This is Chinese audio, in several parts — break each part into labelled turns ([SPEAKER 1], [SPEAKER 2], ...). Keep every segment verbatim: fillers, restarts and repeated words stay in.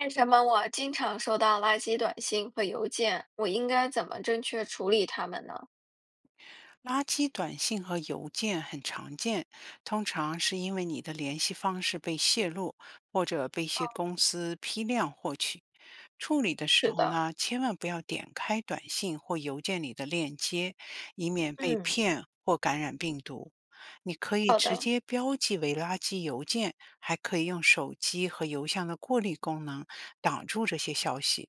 [SPEAKER 1] 为什么我经常收到垃圾短信和邮件？我应该怎么正确处理它们呢？
[SPEAKER 2] 垃圾短信和邮件很常见，通常是因为你的联系方式被泄露，或者被一
[SPEAKER 1] 哦，
[SPEAKER 2] 些公司批量获取。处理的时
[SPEAKER 1] 是
[SPEAKER 2] 候
[SPEAKER 1] 的，
[SPEAKER 2] 呢，千万不要点开短信或邮件里的链接，以免被
[SPEAKER 1] 嗯，
[SPEAKER 2] 骗或感染病毒。你可以
[SPEAKER 1] 好
[SPEAKER 2] 直
[SPEAKER 1] 的，
[SPEAKER 2] 接标记为垃圾邮件，还可以用手机和邮箱的过滤功能挡住这些消息。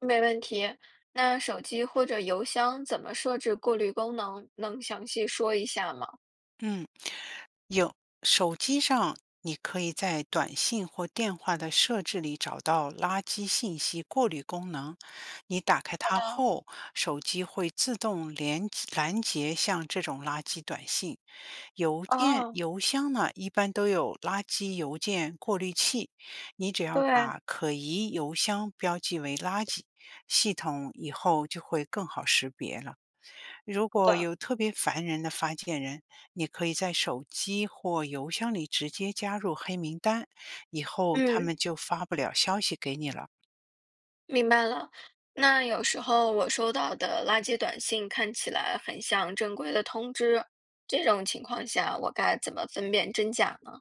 [SPEAKER 1] 没问题。那手机或者邮箱怎么设置过滤功能？能详细说一下吗？
[SPEAKER 2] 嗯，有，手机上你可以在短信或电话的设置里找到垃圾信息过滤功能。你打开
[SPEAKER 1] 好
[SPEAKER 2] 它
[SPEAKER 1] 的，
[SPEAKER 2] 后，手机会自动连拦截像这种垃圾短信。邮件
[SPEAKER 1] 哦，
[SPEAKER 2] 邮箱呢，一般都有垃圾邮件过滤器，你只要
[SPEAKER 1] 对，
[SPEAKER 2] 把可疑邮箱标记为垃圾，系统以后就会更好识别了。如
[SPEAKER 1] 好
[SPEAKER 2] 果
[SPEAKER 1] 的，
[SPEAKER 2] 有特别烦人的发件人，你可以在手机或邮箱里直接加入黑名单，以后他
[SPEAKER 1] 嗯，
[SPEAKER 2] 们就发不了消息给你了。
[SPEAKER 1] 明白了。那有时候我收到的垃圾短信看起来很像正规的通知，这种情况下我该怎么分辨真假呢？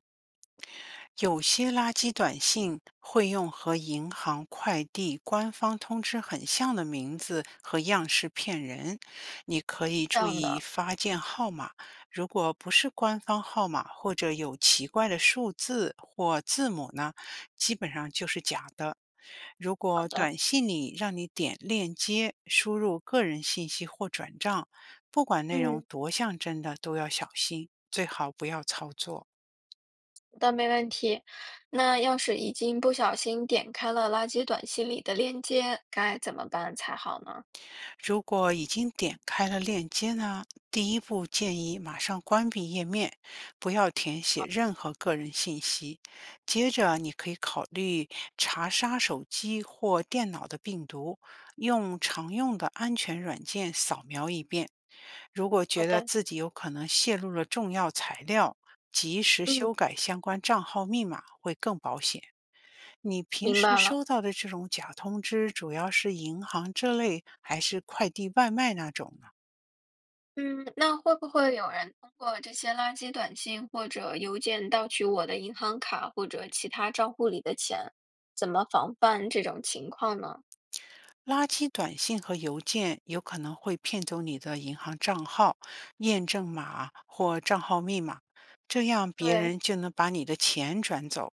[SPEAKER 2] 有些垃圾短信会用和银行、快递、官方通知很像的名字和样式骗人，你可以
[SPEAKER 1] 这
[SPEAKER 2] 注
[SPEAKER 1] 样
[SPEAKER 2] 意
[SPEAKER 1] 的，
[SPEAKER 2] 发件号码，如果不是官方号码或者有奇怪的数字或字母呢，基本上就是假的。如
[SPEAKER 1] 好
[SPEAKER 2] 果
[SPEAKER 1] 的，
[SPEAKER 2] 短信里让你点链接、输入个人信息或转账，不管内容
[SPEAKER 1] 嗯。
[SPEAKER 2] 多像真的，都要小心，最好不要操作。
[SPEAKER 1] 的，没问题。那要是已经不小心点开了垃圾短信里的链接，该怎么办才好呢？
[SPEAKER 2] 如果已经点开了链接呢，第一步建议马上关闭页面，不要填写任何个人信息。接着，你可以考虑查杀手机或电脑的病毒，用常用的安全软件扫描一遍。如果
[SPEAKER 1] 好
[SPEAKER 2] 觉得
[SPEAKER 1] 的，
[SPEAKER 2] 自己有可能泄露了重要材料，及时修
[SPEAKER 1] 嗯，
[SPEAKER 2] 改相关账号密码会更保险。你平
[SPEAKER 1] 明
[SPEAKER 2] 时
[SPEAKER 1] 白了。
[SPEAKER 2] 收到的这种假通知，主要是银行这类，还是快递外卖那种呢？
[SPEAKER 1] 嗯，那会不会有人通过这些垃圾短信或者邮件盗取我的银行卡或者其他账户里的钱？怎么防范这种情况呢？
[SPEAKER 2] 垃圾短信和邮件有可能会骗走你的银行账号、验证码或账号密码，这样别
[SPEAKER 1] 对，
[SPEAKER 2] 人就能把你的钱转走。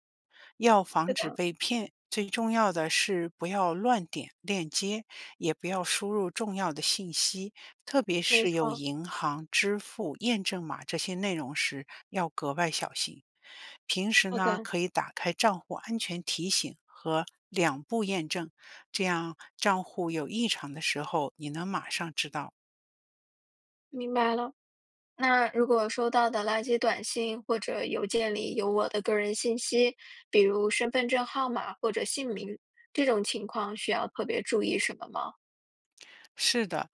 [SPEAKER 2] 要防
[SPEAKER 1] 是
[SPEAKER 2] 止
[SPEAKER 1] 的，
[SPEAKER 2] 被骗，最重要的是不要乱点链接，也不要输入重要的信息，特别
[SPEAKER 1] 没
[SPEAKER 2] 是有
[SPEAKER 1] 错。
[SPEAKER 2] 银行、支付、验证码这些内容时，要格外小心。平时
[SPEAKER 1] 好
[SPEAKER 2] 呢，
[SPEAKER 1] 的，
[SPEAKER 2] 可以打开账户安全提醒和两步验证。这样账户有异常的时候，你能马上知道。
[SPEAKER 1] 明白了。那如果收到的垃圾短信或者邮件里有我的个人信息，比如身份证号码或者姓名，这种情况需要特别注意什么吗？
[SPEAKER 2] 是的，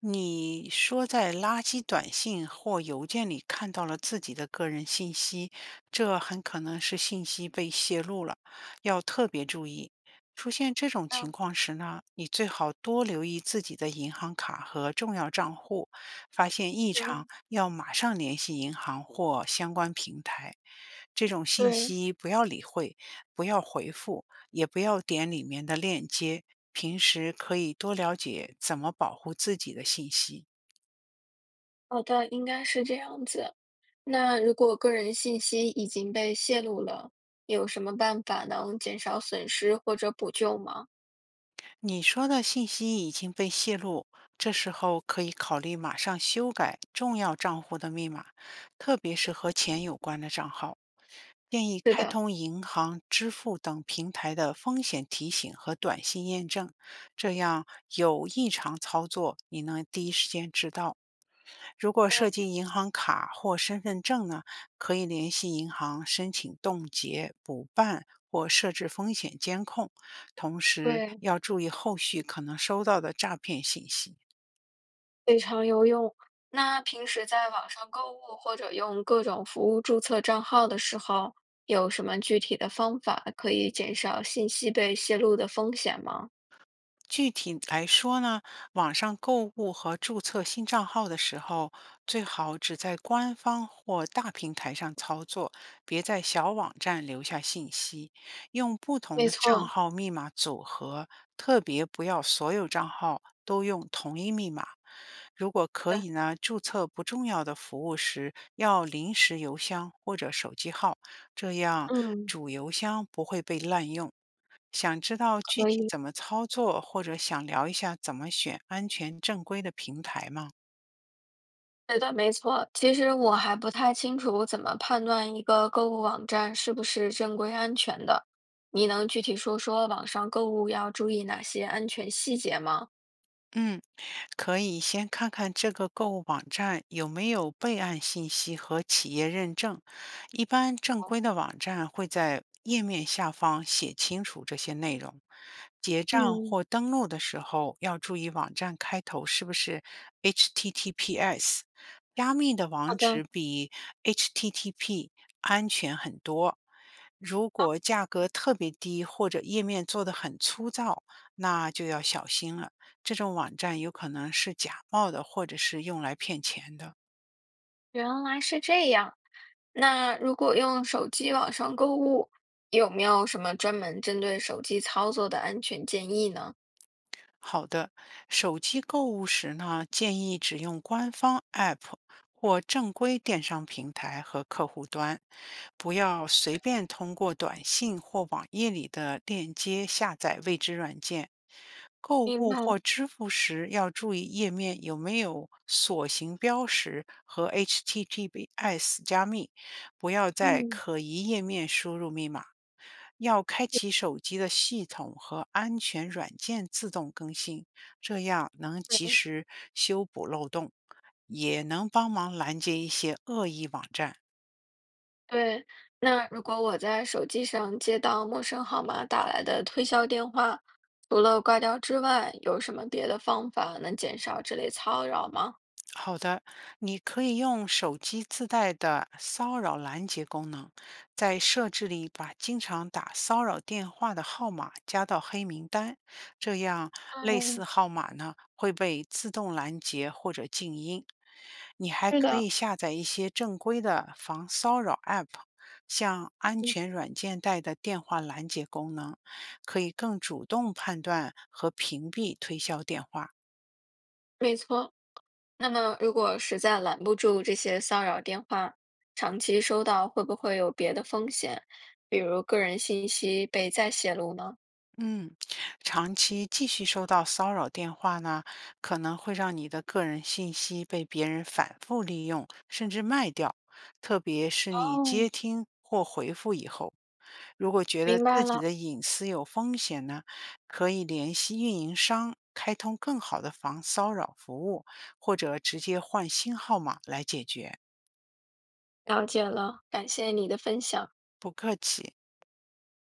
[SPEAKER 2] 你说在垃圾短信或邮件里看到了自己的个人信息，这很可能是信息被泄露了，要特别注意。出现这种情
[SPEAKER 1] 啊，
[SPEAKER 2] 况时呢，你最好多留意自己的银行卡和重要账户，发现异常
[SPEAKER 1] 嗯，
[SPEAKER 2] 要马上联系银行或相关平台。这种信
[SPEAKER 1] 对，
[SPEAKER 2] 息不要理会，不要回复，也不要点里面的链接。平时可以多了解怎么保护自己的信息。
[SPEAKER 1] 好的，应该是这样子。那如果个人信息已经被泄露了，有什么办法能减少损失或者补救吗？
[SPEAKER 2] 你说的信息已经被泄露，这时候可以考虑马上修改重要账户的密码，特别是和钱有关的账号。建议
[SPEAKER 1] 是
[SPEAKER 2] 开
[SPEAKER 1] 的，
[SPEAKER 2] 通银行、支付等平台的风险提醒和短信验证，这样有异常操作，你能第一时间知道。如
[SPEAKER 1] 好
[SPEAKER 2] 果涉
[SPEAKER 1] 的，
[SPEAKER 2] 及银行卡或身份证呢，可以联系银行申请冻结、补办或设置风险监控，同时
[SPEAKER 1] 对。
[SPEAKER 2] 要注意后续可能收到的诈骗信息。
[SPEAKER 1] 非常有用。那平时在网上购物或者用各种服务注册账号的时候，有什么具体的方法可以减少信息被泄露的风险吗？
[SPEAKER 2] 具体来说呢，网上购物和注册新账号的时候，最好只在官方或大平台上操作，别在小网站留下信息。用不同
[SPEAKER 1] 没
[SPEAKER 2] 的账
[SPEAKER 1] 错，
[SPEAKER 2] 号密码组合，特别不要所有账号都用同一密码。如果可
[SPEAKER 1] 对，
[SPEAKER 2] 以呢，注册不重要的服务时要临时邮箱或者手机号，这样
[SPEAKER 1] 嗯，
[SPEAKER 2] 主邮箱不会被滥用。想知道具
[SPEAKER 1] 可
[SPEAKER 2] 体
[SPEAKER 1] 以。
[SPEAKER 2] 怎么操作，或者想聊一下怎么选安全正规的平台吗？
[SPEAKER 1] 是的，没错。其实我还不太清楚怎么判断一个购物网站是不是正规安全的。你能具体说说网上购物要注意哪些安全细节吗？
[SPEAKER 2] 嗯，可以先看看这个购物网站有没有备案信息和企业认证。一般正规的网站会在页面下方写清楚这些内容。结账
[SPEAKER 1] 嗯，
[SPEAKER 2] 或登录的时候要注意网站开头是不是 H T T P S，加密的
[SPEAKER 1] 好
[SPEAKER 2] 网
[SPEAKER 1] 的，
[SPEAKER 2] 址比 H T T P 安全很多。如果价格特别低或者页面做得很粗糙，那就要小心了。这种网站有可能是假冒的，或者是用来骗钱的。
[SPEAKER 1] 原来是这样。那如果用手机网上购物，有没有什么专门针对手机操作的安全建议呢？
[SPEAKER 2] 好的，手机购物时呢，建议只用官方 App 或正规电商平台和客户端，不要随便通过短信或网页里的链接下载未知软件。购
[SPEAKER 1] 明
[SPEAKER 2] 物
[SPEAKER 1] 白，
[SPEAKER 2] 或支付时要注意页面有没有锁形标识和 H T T P S 加密，不要在
[SPEAKER 1] 嗯
[SPEAKER 2] 可疑页面输入密码。要开启手机的系统和安全软件自动更新，这样能及
[SPEAKER 1] 嗯，
[SPEAKER 2] 时修补漏洞，也能帮忙拦截一些恶意网站。
[SPEAKER 1] 对。那如果我在手机上接到陌生号码打来的推销电话，除了挂掉之外，有什么别的方法能减少这类骚扰吗？
[SPEAKER 2] 好的，你可以用手机自带的骚扰拦截功能，在设置里把经常打骚扰电话的号码加到黑名单，这样类似
[SPEAKER 1] 嗯，
[SPEAKER 2] 号码呢会被自动拦截或者静音。你还
[SPEAKER 1] 是
[SPEAKER 2] 可
[SPEAKER 1] 的，
[SPEAKER 2] 以下载一些正规的防骚扰 App，像安
[SPEAKER 1] 嗯
[SPEAKER 2] 全软件带的电话拦截功能，可以更主动判断和屏蔽推销电话。
[SPEAKER 1] 没错，那么，如果实在拦不住这些骚扰电话，长期收到会不会有别的风险，比如个人信息被再泄露呢？
[SPEAKER 2] 嗯，长期继续收到骚扰电话呢，可能会让你的个人信息被别人反复利用，甚至卖掉，特别是你接
[SPEAKER 1] 哦，
[SPEAKER 2] 听或回复以后。如果觉得
[SPEAKER 1] 明
[SPEAKER 2] 自
[SPEAKER 1] 白
[SPEAKER 2] 己
[SPEAKER 1] 了，
[SPEAKER 2] 的隐私有风险呢，可以联系运营商，开通更好的防骚扰服务，或者直接换新号码来解决。
[SPEAKER 1] 了解了，感谢你的分享。
[SPEAKER 2] 不客气。